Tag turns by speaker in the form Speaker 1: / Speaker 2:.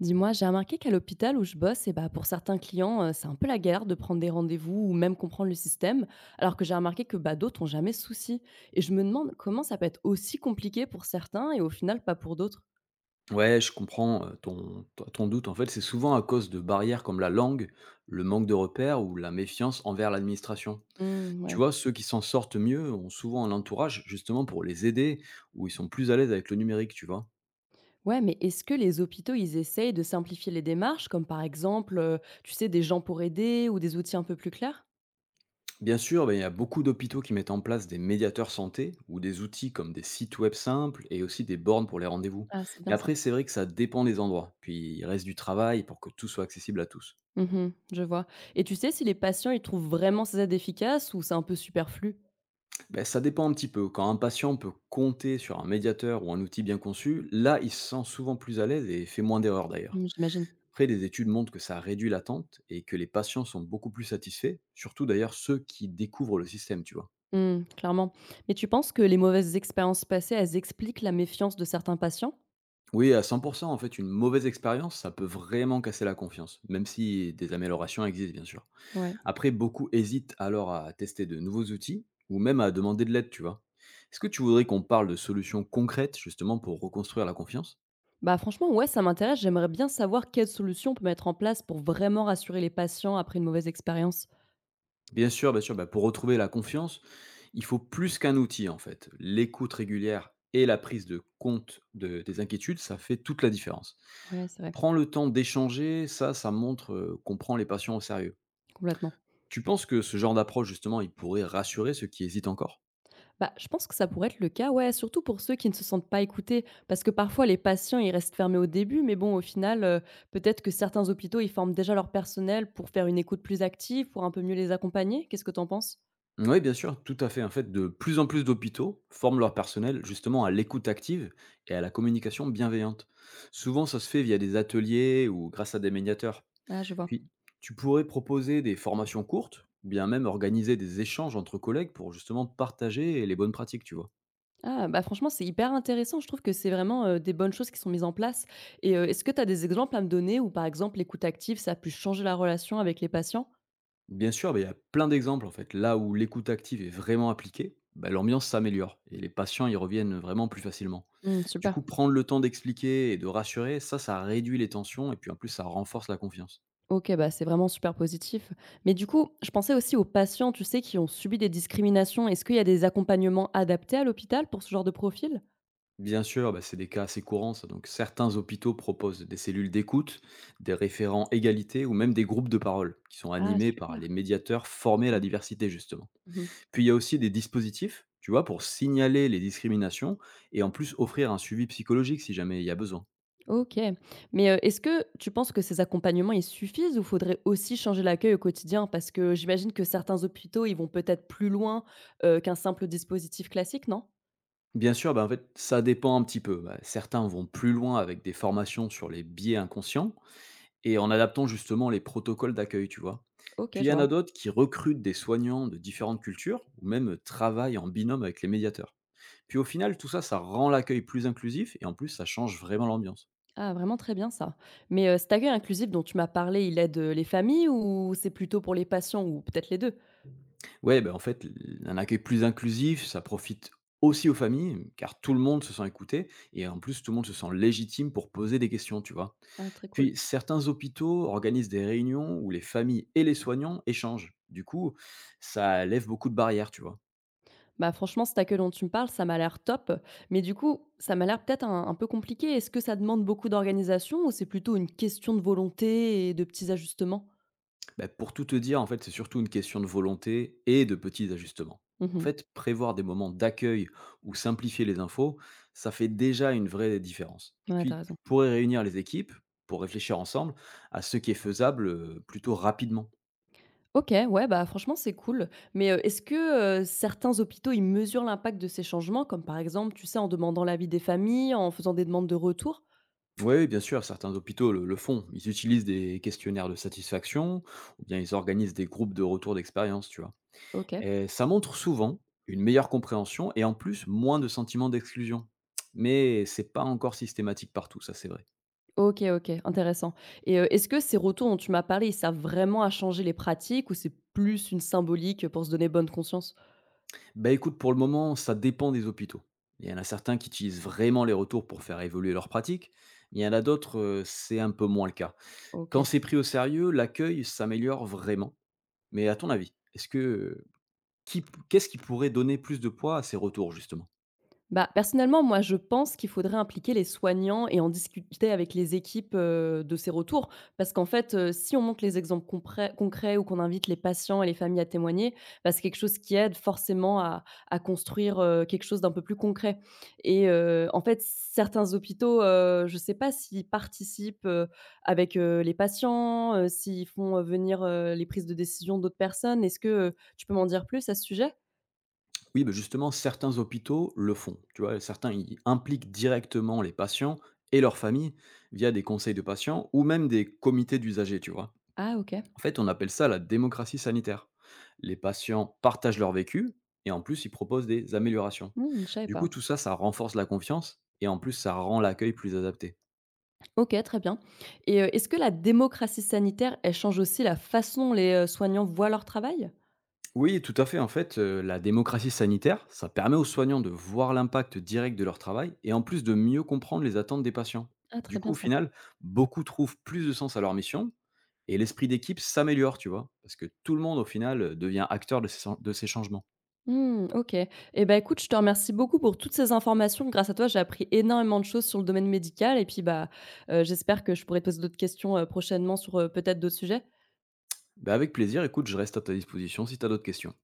Speaker 1: Dis-moi, j'ai remarqué qu'à l'hôpital où je bosse, pour certains clients, c'est un peu la galère de prendre des rendez-vous ou même comprendre le système, alors que j'ai remarqué que d'autres n'ont jamais ce souci. Et je me demande comment ça peut être aussi compliqué pour certains et au final pas pour d'autres.
Speaker 2: Ouais, je comprends ton doute. En fait, c'est souvent à cause de barrières comme la langue, le manque de repères ou la méfiance envers l'administration. Tu
Speaker 1: Ouais.
Speaker 2: vois, ceux qui s'en sortent mieux ont souvent un entourage justement pour les aider ou ils sont plus à l'aise avec le numérique, tu vois.
Speaker 1: Ouais, mais est-ce que les hôpitaux, ils essayent de simplifier les démarches, comme par exemple, tu sais, des gens pour aider ou des outils un peu plus clairs?
Speaker 2: Bien sûr, ben, il y a beaucoup d'hôpitaux qui mettent en place des médiateurs santé ou des outils comme des sites web simples et aussi des bornes pour les rendez-vous.
Speaker 1: Ah, c'est
Speaker 2: Mais
Speaker 1: bien ça.
Speaker 2: après, c'est vrai que ça dépend des endroits. Puis il reste du travail pour que tout soit accessible à tous.
Speaker 1: Mhm, je vois. Et tu sais si les patients, ils trouvent vraiment ces aides efficaces ou c'est un peu superflu?
Speaker 2: Ben ça dépend un petit peu. Quand un patient peut compter sur un médiateur ou un outil bien conçu, là, il se sent souvent plus à l'aise et fait moins d'erreurs d'ailleurs.
Speaker 1: J'imagine.
Speaker 2: Après, des études montrent que ça réduit l'attente et que les patients sont beaucoup plus satisfaits, surtout d'ailleurs ceux qui découvrent le système, tu vois.
Speaker 1: Mmh, clairement. Mais tu penses que les mauvaises expériences passées, elles expliquent la méfiance de certains patients?
Speaker 2: Oui, à 100%, en fait, une mauvaise expérience, ça peut vraiment casser la confiance, même si des améliorations existent, bien sûr.
Speaker 1: Ouais.
Speaker 2: Après, beaucoup hésitent alors à tester de nouveaux outils ou même à demander de l'aide, tu vois. Est-ce que tu voudrais qu'on parle de solutions concrètes, justement, pour reconstruire la confiance?
Speaker 1: Bah, franchement, ouais, ça m'intéresse. J'aimerais bien savoir quelles solutions on peut mettre en place pour vraiment rassurer les patients après une mauvaise expérience.
Speaker 2: Bien sûr, bah, pour retrouver la confiance, il faut plus qu'un outil en fait. L'écoute régulière et la prise de compte des inquiétudes, ça fait toute la différence.
Speaker 1: Ouais, c'est vrai,
Speaker 2: Prends le temps d'échanger, ça montre qu'on prend les patients au sérieux.
Speaker 1: complètement.
Speaker 2: Tu penses que ce genre d'approche, justement, il pourrait rassurer ceux qui hésitent encore?
Speaker 1: Bah, je pense que ça pourrait être le cas, ouais, surtout pour ceux qui ne se sentent pas écoutés, parce que parfois les patients, ils restent fermés au début, mais bon, au final, peut-être que certains hôpitaux, ils forment déjà leur personnel pour faire une écoute plus active, pour un peu mieux les accompagner. Qu'est-ce que t'en penses?
Speaker 2: Oui, bien sûr, tout à fait. En fait, de plus en plus d'hôpitaux forment leur personnel justement à l'écoute active et à la communication bienveillante. Souvent, ça se fait via des ateliers ou grâce à des médiateurs.
Speaker 1: Ah, je vois.
Speaker 2: Puis, tu pourrais proposer des formations courtes ou bien même organiser des échanges entre collègues pour justement partager les bonnes pratiques, tu vois.
Speaker 1: Ah, bah, franchement, c'est hyper intéressant. Je trouve que c'est vraiment, des bonnes choses qui sont mises en place, et est-ce que tu as des exemples à me donner où, par exemple, l'écoute active, ça a pu changer la relation avec les patients?
Speaker 2: Bien sûr, ben, il y a plein d'exemples en fait. Là où l'écoute active est vraiment appliquée, ben, l'ambiance s'améliore et les patients y reviennent vraiment plus facilement.
Speaker 1: Mmh,
Speaker 2: Du
Speaker 1: super.
Speaker 2: coup, prendre le temps d'expliquer et de rassurer, ça réduit les tensions et puis en plus, ça renforce la confiance.
Speaker 1: OK, bah, c'est vraiment super positif. Mais du coup, je pensais aussi aux patients, tu sais, qui ont subi des discriminations. Est-ce qu'il y a des accompagnements adaptés à l'hôpital pour ce genre de profil?
Speaker 2: Bien sûr, bah, c'est des cas assez courants. Ça. Donc, certains hôpitaux proposent des cellules d'écoute, des référents égalité ou même des groupes de parole qui sont
Speaker 1: Ah
Speaker 2: animés par
Speaker 1: super,
Speaker 2: les médiateurs formés à
Speaker 1: super.
Speaker 2: la diversité, justement.
Speaker 1: Mmh.
Speaker 2: Puis, il y a aussi des dispositifs, tu vois, pour signaler les discriminations et en plus offrir un suivi psychologique si jamais il y a besoin.
Speaker 1: OK. Mais, est-ce que tu penses que ces accompagnements, ils suffisent ou faudrait aussi changer l'accueil au quotidien? Parce que j'imagine que certains hôpitaux, ils vont peut-être plus loin, qu'un simple dispositif classique, non?
Speaker 2: Bien sûr, bah, en fait, ça dépend un petit peu. Bah, certains vont plus loin avec des formations sur les biais inconscients, et en adaptant justement les protocoles d'accueil, tu vois?
Speaker 1: OK,
Speaker 2: Puis il
Speaker 1: je
Speaker 2: y en
Speaker 1: vois.
Speaker 2: a d'autres qui recrutent des soignants de différentes cultures ou même travaillent en binôme avec les médiateurs. Puis au final, tout ça, ça rend l'accueil plus inclusif et en plus, ça change vraiment l'ambiance.
Speaker 1: Ah, vraiment très bien ça. Mais, cet accueil inclusif dont tu m'as parlé, il aide, les familles ou c'est plutôt pour les patients ou peut-être les deux?
Speaker 2: Ouais, ben en fait, un accueil plus inclusif, ça profite aussi aux familles, mmh, car tout le monde se sent écouté et en plus, tout le monde se sent légitime pour poser des questions, tu vois.
Speaker 1: Ah, très cool.
Speaker 2: Puis certains hôpitaux organisent des réunions où les familles et les soignants échangent. Du coup, ça lève beaucoup de barrières, tu vois.
Speaker 1: Bah, franchement, cet accueil dont tu me parles, ça m'a l'air top. Mais du coup, ça m'a l'air peut-être un peu compliqué. Est-ce que ça demande beaucoup d'organisation ou c'est plutôt une question de volonté et de petits ajustements?
Speaker 2: Bah, pour tout te dire, en fait, c'est surtout une question de volonté et de petits ajustements. En
Speaker 1: Mmh.
Speaker 2: fait, prévoir des moments d'accueil ou simplifier les infos, ça fait déjà une vraie différence.
Speaker 1: Ouais, t'as
Speaker 2: Puis, tu
Speaker 1: raison.
Speaker 2: pourrais réunir les équipes pour réfléchir ensemble à ce qui est faisable plutôt rapidement.
Speaker 1: OK, ouais, bah, franchement, c'est cool. Mais, est-ce que, certains hôpitaux, ils mesurent l'impact de ces changements? Comme par exemple, tu sais, en demandant l'avis des familles, en faisant des demandes de retour?
Speaker 2: Oui, bien sûr, certains hôpitaux le font. Ils utilisent des questionnaires de satisfaction ou bien ils organisent des groupes de retour d'expérience, tu vois.
Speaker 1: OK.
Speaker 2: Et ça montre souvent une meilleure compréhension et en plus moins de sentiments d'exclusion. Mais c'est pas encore systématique partout, ça c'est vrai.
Speaker 1: OK, OK, intéressant. Et, est-ce que ces retours dont tu m'as parlé, ils servent vraiment à changer les pratiques ou c'est plus une symbolique pour se donner bonne conscience?
Speaker 2: Bah écoute, pour le moment, ça dépend des hôpitaux. Il y en a certains qui utilisent vraiment les retours pour faire évoluer leurs pratiques. Il y en a d'autres, c'est un peu moins le cas. Quand
Speaker 1: OK.
Speaker 2: c'est pris au sérieux, l'accueil s'améliore vraiment. Mais à ton avis, est-ce que qu'est-ce qui pourrait donner plus de poids à ces retours justement?
Speaker 1: Bah, personnellement, moi, je pense qu'il faudrait impliquer les soignants et en discuter avec les équipes de ces retours. Parce qu'en fait, si on montre les exemples concrets ou qu'on invite les patients et les familles à témoigner, bah, c'est quelque chose qui aide forcément à construire quelque chose d'un peu plus concret. Et en fait, certains hôpitaux, je ne sais pas s'ils participent avec les patients, s'ils font venir les prises de décision d'autres personnes. Est-ce que tu peux m'en dire plus à ce sujet?
Speaker 2: Oui, ben justement, certains hôpitaux le font. Tu vois, certains ils impliquent directement les patients et leurs familles via des conseils de patients ou même des comités d'usagers, tu vois.
Speaker 1: Ah, OK.
Speaker 2: En fait, on appelle ça la démocratie sanitaire. Les patients partagent leur vécu et en plus, ils proposent des améliorations.
Speaker 1: Je savais
Speaker 2: Du coup,
Speaker 1: pas.
Speaker 2: tout ça, ça renforce la confiance et en plus, ça rend l'accueil plus adapté.
Speaker 1: OK, très bien. Et est-ce que la démocratie sanitaire, elle change aussi la façon dont les, soignants voient leur travail?
Speaker 2: Oui, tout à fait. En fait, la démocratie sanitaire, ça permet aux soignants de voir l'impact direct de leur travail et en plus de mieux comprendre les attentes des patients.
Speaker 1: Ah, très
Speaker 2: Du
Speaker 1: bien
Speaker 2: coup, au
Speaker 1: ça.
Speaker 2: final, beaucoup trouvent plus de sens à leur mission et l'esprit d'équipe s'améliore, tu vois? Parce que tout le monde, au final, devient acteur de ces changements.
Speaker 1: Mmh, OK. Et ben écoute, je te remercie beaucoup pour toutes ces informations. Grâce à toi, j'ai appris énormément de choses sur le domaine médical et puis, bah, j'espère que je pourrai te poser d'autres questions, prochainement sur, peut-être d'autres sujets.
Speaker 2: Bah, avec plaisir, écoute, je reste à ta disposition si tu as d'autres questions.